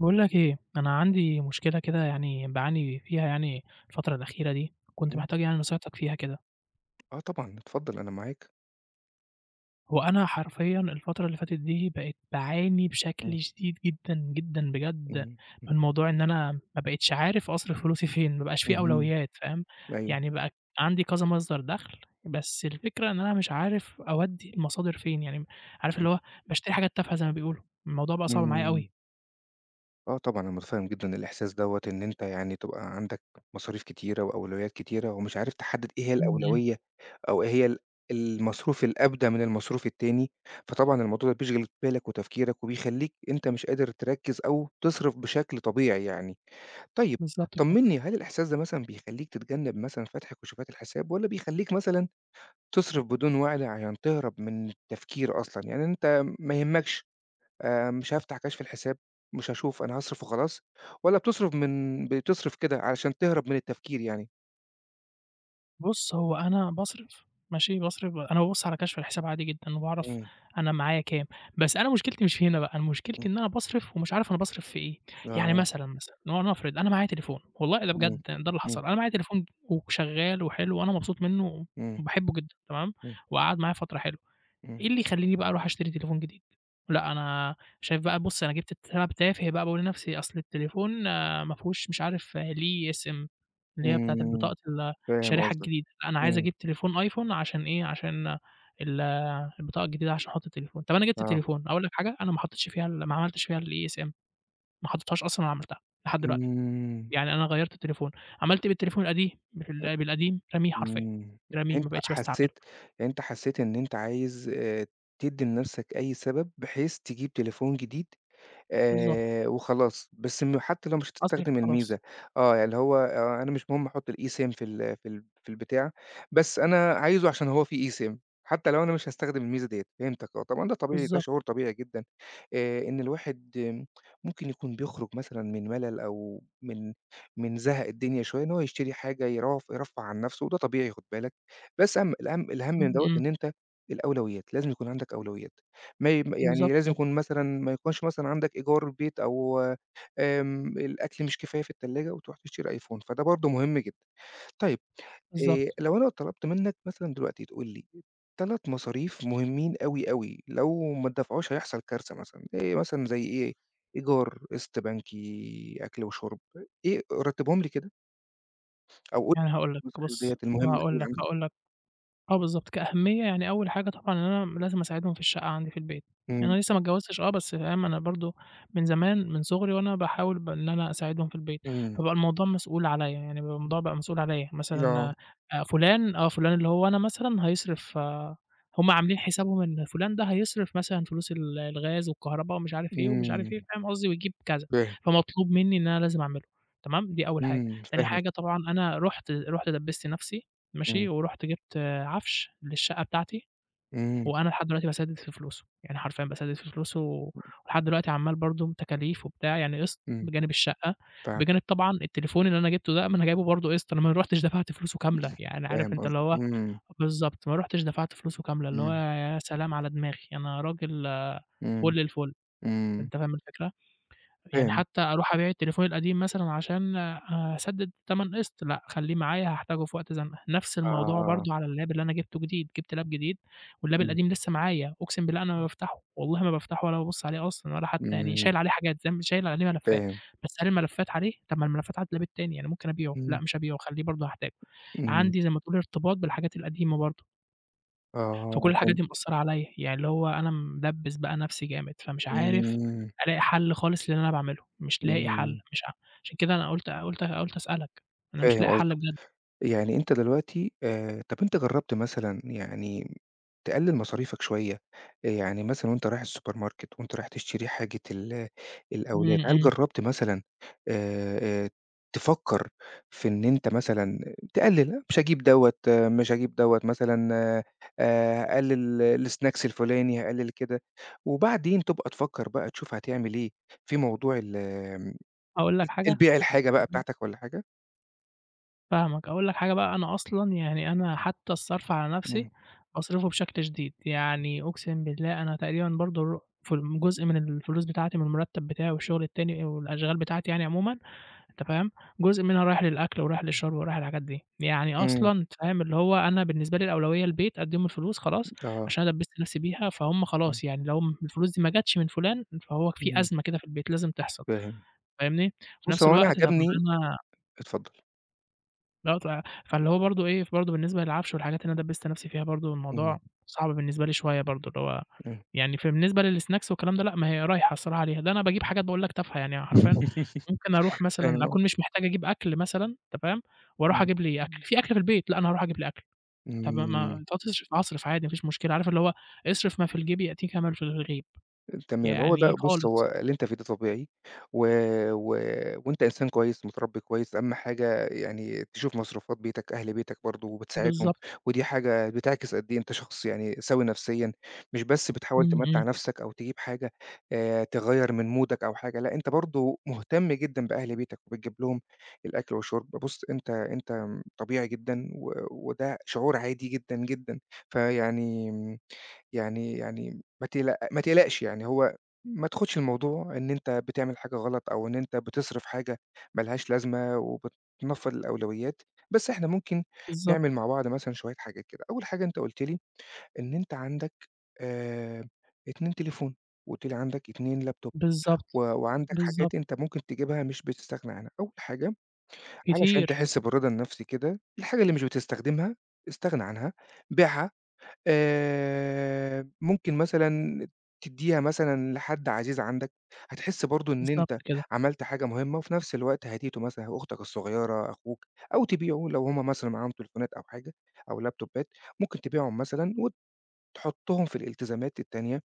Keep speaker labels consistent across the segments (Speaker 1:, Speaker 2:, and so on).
Speaker 1: باقول لك إيه، أنا عندي مشكلة كده يعني باعاني فيها يعني الفترة الأخيرة دي، كنت
Speaker 2: إمم.
Speaker 1: محتاج يعني نصيحتك فيها كده.
Speaker 2: آه طبعًا، اتفضل أنا معاك.
Speaker 1: هو أنا حرفيًا الفترة اللي فاتت دي بقيت باعاني
Speaker 2: إمم.
Speaker 1: بشكل شديد جدًا، جدًا بجد
Speaker 2: إمم.
Speaker 1: من موضوع إن أنا ما بقيتش عارف أصرف فلوسي فين، ما بقاش في
Speaker 2: اهم.
Speaker 1: أولويات فاهم؟
Speaker 2: أيوه.
Speaker 1: يعني بقى عندي كذا مصدر دخل، بس الفكرة إن أنا مش عارف أودّي المصادر فين، يعني عارف
Speaker 2: إمم.
Speaker 1: اللي هو باشتري حاجات تافهة زي ما بيقولوا، الموضوع بقى صعب معايا
Speaker 2: إمم.
Speaker 1: أوي.
Speaker 2: آه طبعًا، أنا متفهم جدًا الإحساس دوّة، إن أنت يعني تبقى عندك مصاريف كتيرة وأولويات كتيرة، ومش عارف تحدد إيه هي
Speaker 1: إمم، إمم،
Speaker 2: الأولوية، أو إيه هي المصروف الأبدى من المصروف التاني، فطبعًا الموضوع ده بيشغل بالك وتفكيرك، وبيخلّيك أنت مش قادر تركّز أو تصرف بشكل طبيعي يعني. طيب
Speaker 1: بالضبط كده.
Speaker 2: طمّني، هل الإحساس ده مثلًا بيخلّيك تتجنب مثلًا فتح كشوفات الحساب، والّا بيخلّيك مثلًا تصرف بدون وعي عشان تهرب من التفكير أصلًا، يعني أنت ما يهمكش مش هافتح كشف الحساب، مش هاشوف أنا هاصرف وخلاص، والّا بتصرف كده علشان تهرب من التفكير يعني؟
Speaker 1: بُص، هو أنا باصرف ماشي، باصرف أنا بابُص على كشف الحساب عادي جدًا وباعرف
Speaker 2: إمم.
Speaker 1: أنا معايا كام، بس أنا مشكلتي مش هنا بقى، أنا
Speaker 2: إمم.
Speaker 1: مشكلتي إن أنا باصرف ومش عارف أنا باصرف في إيه، يعني
Speaker 2: آه.
Speaker 1: مثلًا، لنفرض أنا معايا تليفون والله ده
Speaker 2: إمم.
Speaker 1: بجد ده اللي
Speaker 2: إمم.
Speaker 1: حصل، أنا معايا تليفون وشغال وحلو وأنا مبسوط منه
Speaker 2: إمم.
Speaker 1: وباحبه جدًا تمام،
Speaker 2: إمم.
Speaker 1: وقعد معايا فترة حلوة.
Speaker 2: إمم.
Speaker 1: إيه اللي يخلّيني بقى أروح أشتري تليفون جديد؟ لأ أنا شايف بقى بُص أنا جِبت السبب تافه بقى باقول لنفسي أصل التليفون ما فيهوش مش عارف ليه SIM اللي هي بتاعة
Speaker 2: إمم.
Speaker 1: البطاقة ال
Speaker 2: فاهم
Speaker 1: الشريحة
Speaker 2: قصدك.
Speaker 1: الجديدة، لأ أنا عايز
Speaker 2: إمم.
Speaker 1: أجيب تليفون أيفون عشان إيه، عشان ال البطاقة الجديدة عشان أحُط التليفون، طَب أنا جِبت
Speaker 2: آه.
Speaker 1: التليفون، أقول لك حاجة، أنا ما حطيتش فيها ما عملتش فيها الESM ما حطيتهاش أصلًا ولا عملتها لحد دلوقتي،
Speaker 2: إمم.
Speaker 1: يعني أنا غيّرت التليفون، عملت إيه بالتليفون القديم، بالقديم راميه حرفيًا،
Speaker 2: إمم.
Speaker 1: راميه
Speaker 2: أنت
Speaker 1: ما بقيتش باستعمله،
Speaker 2: حسيت أنت حسيت إن أنت عايز تدّي لنفسك أي سبب بحيث تجيب تليفون جديد
Speaker 1: بالضبط،
Speaker 2: وخلاص، بس حتى لو مش
Speaker 1: أصلًا
Speaker 2: هتستخدم
Speaker 1: خلاص،
Speaker 2: الميزة. آه، يعني اللي هو أنا مش مهم أحُط الeSIM في البتاع، بس أنا عايزه عشان هو فيه eSIM، حتى لو أنا مش هاستخدم الميزة ديّة، فهمتك. آه، طبعًا ده طبيعي، ده
Speaker 1: بالضبط،
Speaker 2: شعور طبيعي جدًا. إن الواحد ممكن يكون بيخرج مثلًا من ملل أو من زهق الدنيا شوية، إن هو يشتري حاجة يرفّه عن نَفْسه، وده طبيعي خُد بالك، بس الأهم الأهم
Speaker 1: إمم،
Speaker 2: من دوّة
Speaker 1: إمم.
Speaker 2: إن الأولويات، لازم يكون عندك أولويات. ما ي يعني
Speaker 1: بالضبط،
Speaker 2: لازم يكون مثلًا ما يكونش مثلًا عندك إيجار بيت أو الأكل مش كفاية في التلاجة وتروح تشتري أيفون، فده برضه مهم جدًا. طيب
Speaker 1: بالضبط.
Speaker 2: لو أنا طلبت منك مثلًا دلوقتي تقول لي 3 مصاريف مهمين أوي، أوي، لو ما اتدفعوش هيحصل كارثة مثلًا، إيه مثلًا زي إيه؟ إيجار، قسط بنكي، أكل وشرب، إيه رتبهم لي كده، أو قُل
Speaker 1: يعني هاقول لك
Speaker 2: المصاريف
Speaker 1: بُص،
Speaker 2: ديّة
Speaker 1: ما
Speaker 2: المهمة
Speaker 1: هاقول
Speaker 2: أوي
Speaker 1: لك،
Speaker 2: عندك.
Speaker 1: هاقول لك، آه بالضبط، كأهمية يعني أول حاجة طبعًا إن أنا لازم أساعدهم في الشقة عندي في البيت، يعني
Speaker 2: إمم.
Speaker 1: أنا لسه ما اتجوّزتش آه، بس فاهم أنا برضه من زمان من صغري وأنا باحاول إن أنا أساعدهم في البيت،
Speaker 2: إمم.
Speaker 1: فبقى الموضوع مسؤول عليَّ، يعني بقى
Speaker 2: إمم.
Speaker 1: الموضوع بقى مسؤول عليَّ،
Speaker 2: آه.
Speaker 1: مثلًا فلان اللي هو أنا مثلًا هيصرف آه، هُم عاملين حسابهم إن فلان ده هيصرف مثلًا فلوس الغاز والكهربا ومش عارف إيه ومش عارف
Speaker 2: إمم.
Speaker 1: إيه، فاهم قصدي، ويجيب كذا،
Speaker 2: فاهم.
Speaker 1: فمطلوب منّي إن أنا لازم أعمله، تمام، دي أول حاجة،
Speaker 2: إمم.
Speaker 1: تاني حاجة
Speaker 2: فاهمك.
Speaker 1: طبعًا أنا رُحت دبّست نفسي ماشي،
Speaker 2: إمم.
Speaker 1: ورُحت جِبت عفش للشقة بتاعتي،
Speaker 2: إمم.
Speaker 1: وأنا لحد دلوقتي باسدد في فلوسه، يعني حرفيًا باسدد في فلوسه ولحد دلوقتي عمّال برضه تكاليف وبتاع، يعني قسط
Speaker 2: إمم.
Speaker 1: بجانب الشقة،
Speaker 2: فاهمك.
Speaker 1: بجانب طبعًا التليفون اللي أنا جِبته ده ما أنا جايبه برضه قسط، أنا ما رُحتش دفعت فلوسه كاملة، يعني عارف
Speaker 2: فاهم
Speaker 1: أنت اللي
Speaker 2: قصدك.
Speaker 1: هو
Speaker 2: إمم.
Speaker 1: بالضبط، ما رُحتش دفعت فلوسه كاملة، اللي هو
Speaker 2: إمم.
Speaker 1: يا سلام على دماغي، أنا راجل
Speaker 2: إمم.
Speaker 1: فُل الفُل،
Speaker 2: إمم.
Speaker 1: أنت فاهم الفكرة؟ يعني
Speaker 2: فاهم.
Speaker 1: حتى أروح أبيع التليفون القديم مثلًا عشان أسدد تمن قسط، لأ خليه معايا هاحتاجه في وقت زنقة، نفس الموضوع
Speaker 2: آه.
Speaker 1: برضه على اللاب اللي أنا جبته جديد، جبت لاب جديد واللاب
Speaker 2: إمم.
Speaker 1: القديم لسه معايا، أقسم بالله أنا ما بافتحه، والله ما بافتحه ولا بابُص عليه أصلًا ولا حتى يعني
Speaker 2: إمم.
Speaker 1: شايل عليه حاجات زي ما شايل عليه ملفات،
Speaker 2: فاهم.
Speaker 1: بس هل الملفات عليه؟ طب ما الملفات على اللاب التاني، أنا ممكن أبيعه، لأ
Speaker 2: إمم.
Speaker 1: مش هابيعه، خليه برضه هاحتاجه،
Speaker 2: إمم.
Speaker 1: عندي زي ما تقول ارتباط بالحاجات القديمة برضه. فكل
Speaker 2: آه،
Speaker 1: الحاجات
Speaker 2: فهمت.
Speaker 1: دي مأثّرة عليَّ، يعني اللي هو أنا مدبّس بقى نفْسي جامد، فمش عارف
Speaker 2: إمم.
Speaker 1: ألاقي حل خالص للي أنا باعمله، مش لاقي حل،
Speaker 2: إمم.
Speaker 1: مش ع عشان كده أنا قُلت أسألك، أنا مش
Speaker 2: فاهم
Speaker 1: لاقي حل
Speaker 2: قصدك،
Speaker 1: بجد.
Speaker 2: يعني أنت دلوقتي طَب أنت جرّبت مثلًا يعني تقلِّل مصاريفك شوية، يعني مثلًا وأنت رايح السوبر ماركت، وأنت رايح تشتري حاجة الأولاد،
Speaker 1: إمم،
Speaker 2: هل
Speaker 1: إمم.
Speaker 2: جرّبت مثلًا آآ آآ تفكّر في إن أنت مثلًا تقلِّل، آه، مش هاجيب دوّة مثلًا هاقلِّل الsnacks الفُلاني، هاقلِّل كده، وبعدين تبقى تفكّر بقى تشوف هتعمل إيه في موضوع ال آمم
Speaker 1: أقول لك حاجة؟
Speaker 2: البيع الحاجة بقى بتاعتك والّا حاجة.
Speaker 1: فاهمك، أقول لك حاجة بقى، أنا أصلًا يعني أنا حتى الصرف على نفْسي
Speaker 2: إمم.
Speaker 1: باصرفه بشكل شديد، يعني أقسم بالله أنا تقريبًا برضه الر في الم جزء من الفلوس بتاعتي من المرتّب بتاعي والشغل التاني والأشغال بتاعتي يعني عمومًا أنت فاهم، جزء منها رايح للأكل ورايح للشرب ورايح للحاجات دي، يعني
Speaker 2: إمم.
Speaker 1: أصلًا أنت فاهم اللي هو أنا بالنسبة لي الأولوية البيت، أدّيهم الفلوس خلاص
Speaker 2: آه.
Speaker 1: عشان أنا دبّست نفسي بيها، فهُم
Speaker 2: إمم.
Speaker 1: خلاص يعني لو الفلوس دي ما جاتش من فلان فهو في
Speaker 2: إمم.
Speaker 1: أزمة كده في البيت لازم تحصل،
Speaker 2: فاهم.
Speaker 1: فاهمني، في
Speaker 2: بُص،
Speaker 1: نفس
Speaker 2: هو أنا
Speaker 1: الوقت طب ما
Speaker 2: عجبني.
Speaker 1: أنا
Speaker 2: اتفضّل.
Speaker 1: لأ ط فاللي هو برضه إيه، برضه بالنسبة للعفش والحاجات اللي أنا دبّست نَفْسي فيها برضه
Speaker 2: إمم.
Speaker 1: الموضوع صعب بالنسبة لي شوية برضه، اللي هو
Speaker 2: إمم.
Speaker 1: يعني بالنسبة للsnacks والكلام ده لأ، ما هي رايحة الصراحة عليها، ده أنا باجيب حاجات باقول لك تافهة، يعني حرفيًا ممكن أروح مثلًا
Speaker 2: فاهم آه.
Speaker 1: أكون مش محتاج أجيب أكل مثلًا أنت فاهم، وأروح
Speaker 2: إمم.
Speaker 1: أجيب لي أكل، في أكل في البيت، لأ أنا هاروح أجيب لي أكل، طَب ما
Speaker 2: إمم.
Speaker 1: طَب أصرف عادي ما فيش مشكلة، عارف اللي هو اصرف ما في الجيب يأتيك ما في الغيب،
Speaker 2: تمام، هو ده
Speaker 1: يعني
Speaker 2: بُص، هو
Speaker 1: خالص،
Speaker 2: اللي أنت فيه ده طبيعي، و و وأنت إنسان كويس متربّي كويس، أهم حاجة يعني تشوف مصروفات بيتك، أهل بيتك برضه وبتساعدهم،
Speaker 1: بالضبط،
Speaker 2: ودي حاجة بتعكس قد إيه أنت شخص يعني سَوِي نفسيًا، مش بس بتحاول
Speaker 1: إمم،
Speaker 2: تمتّع
Speaker 1: إمم،
Speaker 2: نفسك أو تجيب حاجة تغيّر من مودك أو حاجة، لأ أنت برضه مهتم جدًا بأهل بيتك وبتجيب لهم الأكل والشرب، بُص أنت أنت طبيعي جدًا، و وده شعور عادي جدًا، جدًا، فيعني ما تقلقش يعني هو ما تاخدش الموضوع إن أنت بتعمل حاجة غلط، أو إن أنت بتصرف حاجة ما لهاش لازمة وبتنفّض الأولويات، بس إحنا ممكن
Speaker 1: بالضبط،
Speaker 2: نعمل مع بعض مثلًا شوية حاجات كده. أول حاجة أنت قُلت لي إن أنت عندك آآ 2 تليفون، وقُلت لي عندك 2 لابتوب،
Speaker 1: بالضبط،
Speaker 2: وعندك
Speaker 1: بالضبط،
Speaker 2: حاجات أنت ممكن تجيبها مش بتستغنى عنها. أول حاجة علشان
Speaker 1: كتير،
Speaker 2: تحس بالرضا النفسي كده، الحاجة اللي مش بتستخدمها استغنى عنها، بيعها، ممكن مثلًا تدّيها مثلًا لحد عزيز عندك، هتحس برضه إن
Speaker 1: بالضبط
Speaker 2: أنت
Speaker 1: كده،
Speaker 2: عملت حاجة مهمة، وفي نفس الوقت هديته مثلًا أختك الصغيرة، أخوك، أو تبيعه لو هُم مثلًا معاهم تليفونات أو حاجة أو لابتوبات، ممكن تبيعهم مثلًا وتحطهم في الالتزامات التانية،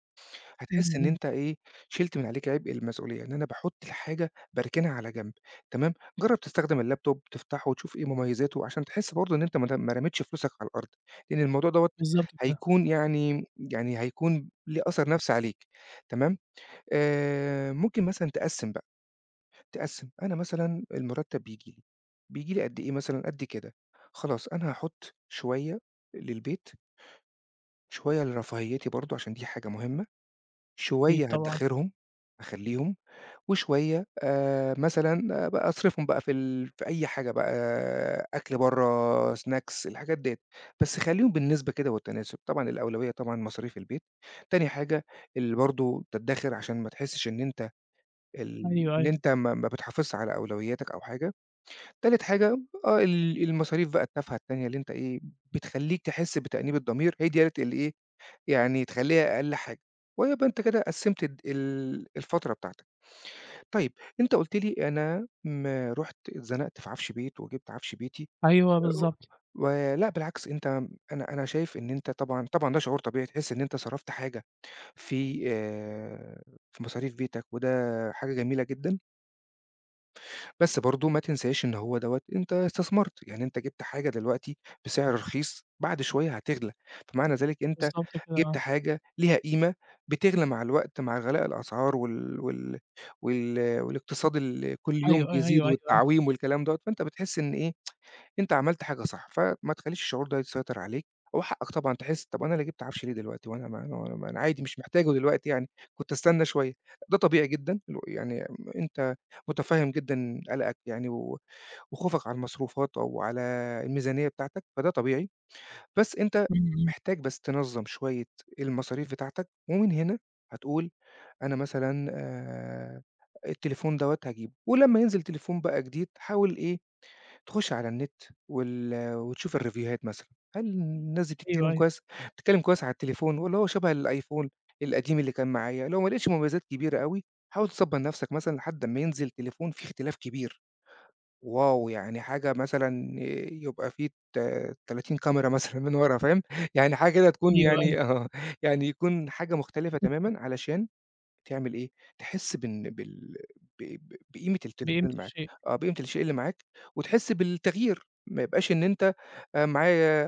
Speaker 1: إمم،
Speaker 2: هتحس إن
Speaker 1: إمم.
Speaker 2: أنت إيه، شِلت من عليك عبء المسؤولية، إن أنا باحُط الحاجة باركنها على جنب. تمام، جرّب تستخدم اللابتوب تفتحه وتشوف إيه مميزاته عشان تحس برضه إن أنت ما رميتش فلوسك على الأرض، لإن الموضوع دوّة
Speaker 1: بالضبط كده،
Speaker 2: هيكون يعني يعني هيكون ليه أثر نَفْسي عليك. تمام، ممكن مثلًا تقسّم. أنا مثلًا المُرتّب بييجي لي، بييجي لي قد إيه مثلًا، قد كده، خلاص أنا هاحُط شوية للبيت، شوية لرفاهيتي برضه عشان دي حاجة مهمة،
Speaker 1: أكيد
Speaker 2: شوية
Speaker 1: طبعًا،
Speaker 2: هادّخرهم، أخلّيهم، وشوية مثلًا أصرفهم بقى في أي حاجة بقى، آه، أكل برّه، snacks الحاجات ديّة، بس خلّيهم بالنسبة كده والتناسب. طبعًا الأولوية طبعًا مصاريف البيت، تاني حاجة اللي برضه تدّخر عشان ما تحسّش إن أنت
Speaker 1: أيوه، أيوه،
Speaker 2: ما بتحافظش على أولوياتك أو حاجة، تالت حاجة آه ال المصاريف بقى التافهة التانية اللي أنت إيه، بتخلّيك تحس بتأنيب الضمير، هي ديّة اللي إيه، يعني تخلّيها أقل حاجة، ويبقى أنت كده قسّمت الد ال الفترة بتاعتك. طيب أنت قُلت لي أنا رُحت اتزنقت في عفش بيت وجِبت عفش بيتي
Speaker 1: أيوه
Speaker 2: آآ،
Speaker 1: بالضبط،
Speaker 2: ولأ بالعكس أنت أنا أنا شايف إن أنت طبعًا ده شعور طبيعي تحس إن أنت صرفت حاجة في آآ، في مصاريف بيتك، وده حاجة جميلة جدًا، بس برضه ما تنساش إن هو دوّة أنت استثمرت، يعني أنت جِبت حاجة دلوقتي بسعر رخيص، بعد شوية هتغلى، فمعنى ذلك أنت
Speaker 1: بالضبط كده
Speaker 2: جِبت
Speaker 1: آه،
Speaker 2: حاجة ليها قيمة بتغلى مع الوقت، مع غلاء الأسعار والاقتصاد اللي كل يوم
Speaker 1: أيوه، أيوه، أيوه،
Speaker 2: بيزيد
Speaker 1: أيوه، أيوه.
Speaker 2: والتعويم والكلام دوّة، فأنت بتحس إن إيه، أنت عملت حاجة صح، فما تخلّيش الشعور ده يسيطر عليك، هو حقك طبعًا تحس طب أنا اللي جبت عفش ليه دلوقتي وأنا ما أنا ما أنا عادي مش محتاجه دلوقتي يعني، كنت أستنى شوية، ده طبيعي جدًا يعني أنت متفهّم جدًا قلقك يعني وخوفك على المصروفات أو على الميزانية بتاعتك، فده طبيعي، بس أنت
Speaker 1: إمم، إمم،
Speaker 2: محتاج بس تنظّم شوية المصاريف بتاعتك، ومن هنا هتقول أنا مثلًا التليفون دوّة هاجيبه، ولمّا ينزل تليفون بقى جديد حاول إيه تخُش على النت وتشوف الريفيوهات مثلًا، هل الناس دي
Speaker 1: أيوه،
Speaker 2: بتتكلّم
Speaker 1: أيوه،
Speaker 2: كويس على التليفون والّا هو شَبه الأيفون القديم اللي كان معايا؟ لو ما لقيتش مميزات كبيرة أوي، حاول تصبّر نَفْسك مثلًا لحد أمّا ينزل تليفون فيه اختلاف كبير، واو! يعني حاجة مثلًا يبقى فيه 30 كاميرا مثلًا من ورا فاهم، يعني حاجة كده تكون
Speaker 1: أيوه، أيوه،
Speaker 2: يعني آه، يعني يكون حاجة مختلفة تمامًا علشان تعمل إيه، تحس بإن بال ب ب بقيمة التليفون
Speaker 1: بقيمة
Speaker 2: اللي معاك،
Speaker 1: الشيء،
Speaker 2: آه، بقيمة الشيء اللي معاك، وتحس بالتغيير، ما يبقاش إن أنت آآ معايا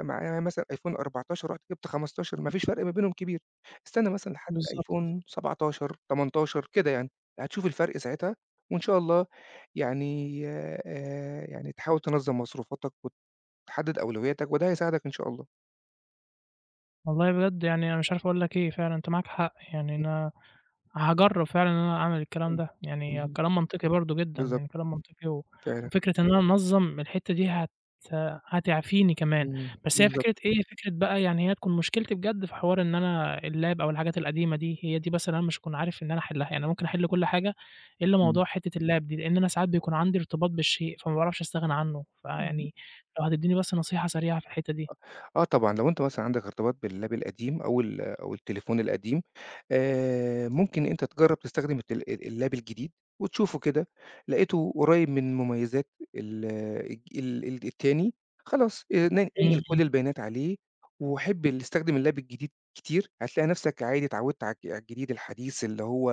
Speaker 2: معايا مثلًا أيفون 14 رُحت جِبت 15 ما فيش فرق ما بينهم كبير، استنى مثلًا لحد
Speaker 1: بالضبط،
Speaker 2: أيفون
Speaker 1: بالضبط،
Speaker 2: 17، 18 كده يعني، هتشوف الفرق ساعتها، وإن شاء الله يعني يعني تحاول تنظّم مصروفاتك وتحدد أولوياتك، وده هيساعدك إن شاء الله.
Speaker 1: والله بجد يعني أنا مش عارف أقول لك إيه، فعلًا أنت معاك حق، يعني أنا هاجرّب فعلًا إن أنا أعمل الكلام
Speaker 2: إمم.
Speaker 1: ده،
Speaker 2: إمم.
Speaker 1: يعني
Speaker 2: اهم.
Speaker 1: كلام منطقي برضه جدًا،
Speaker 2: بالضبط
Speaker 1: يعني كلام منطقي و
Speaker 2: فعلًا.
Speaker 1: وفكرة إن أنا أنظّم الحتّة دي هتعفيني كمان،
Speaker 2: إمم.
Speaker 1: بس هي فكرة
Speaker 2: بالضبط.
Speaker 1: إيه، فكرة بقى يعني هي تكون مشكلتي بجد في حوار إن أنا اللاب أو الحاجات القديمة دي، هي دي بس اللي أنا مش هاكون عارف إن أنا أحلّها، يعني أنا ممكن أحل كل حاجة إلّا
Speaker 2: إمم.
Speaker 1: موضوع حتّة اللاب دي، لإن أنا ساعات بيكون عندي ارتباط بالشيء، فما باعرفش أستغنى عنّه،
Speaker 2: إمم.
Speaker 1: فيعني لو هتدّيني بس نصيحة سريعة في الحتّة دي.
Speaker 2: آه طبعًا، لو أنت مثلًا عندك ارتباط بالLab القديم أو التليفون القديم، ممكن أنت تجرّب تستخدم التل ال الLab الجديد وتشوفه كده، لقيته قريب من مميزات ال الج ال ال التاني، خلاص ن
Speaker 1: إمم،
Speaker 2: انقل
Speaker 1: إمم.
Speaker 2: كل البيانات عليه، وحِب ال استخدم الLab الجديد كتير، هتلاقي نفسك عادي اتعودت على الجديد الحديث اللي هو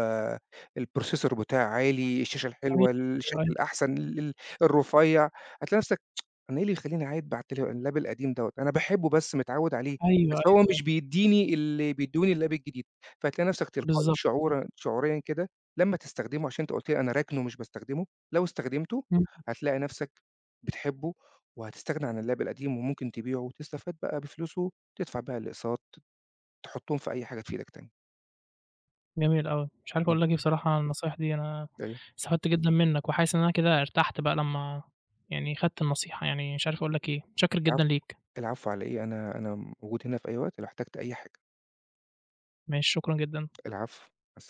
Speaker 2: الprocessor بتاعه عالي، الشاشة
Speaker 1: أيوه،
Speaker 2: الحلوة، الشكل
Speaker 1: أيوه،
Speaker 2: الأحسن، ال ال الرفيّع، هتلاقي نفسك أنا إيه اللي يخلّيني أعايد بعد اللاب القديم دوّة، أنا باحبه بس متعوّد عليه،
Speaker 1: أيوه، أيوه،
Speaker 2: بس هو مش بيدّيني اللي بيدّوني اللاب الجديد، فهتلاقي نَفْسك تلقائي
Speaker 1: بالضبط، بالضبط.
Speaker 2: شعوريًا كده لمّا تستخدمه عشان أنت قُلت لي أنا راكنه مش باستخدمه، لو استخدمته
Speaker 1: إمم.
Speaker 2: هتلاقي نَفْسك بتحبه وهتستغنى عن اللاب القديم وممكن تبيعه وتستفاد بقى بفلوسه، تدفع بيها الأقساط، تحطّهم في أي حاجة تفيدك تاني.
Speaker 1: جميل أوي. مش عارف
Speaker 2: إمم.
Speaker 1: أقول لك إيه بصراحة عن النصايح دي، أنا
Speaker 2: أيوه.
Speaker 1: استفدت جدًا منّك، وحاسس إن أنا كده ارتحت بقى لمّا يعني خدت النصيحة، يعني مش عارف أقول لك إيه، متشكر جدًا
Speaker 2: العفو،
Speaker 1: ليك،
Speaker 2: العفو على إيه، أنا أنا موجود هنا في أي وقت لو احتجت أي حاجة.
Speaker 1: ماشي، شكرًا جدًا.
Speaker 2: العفو، مع السلامة.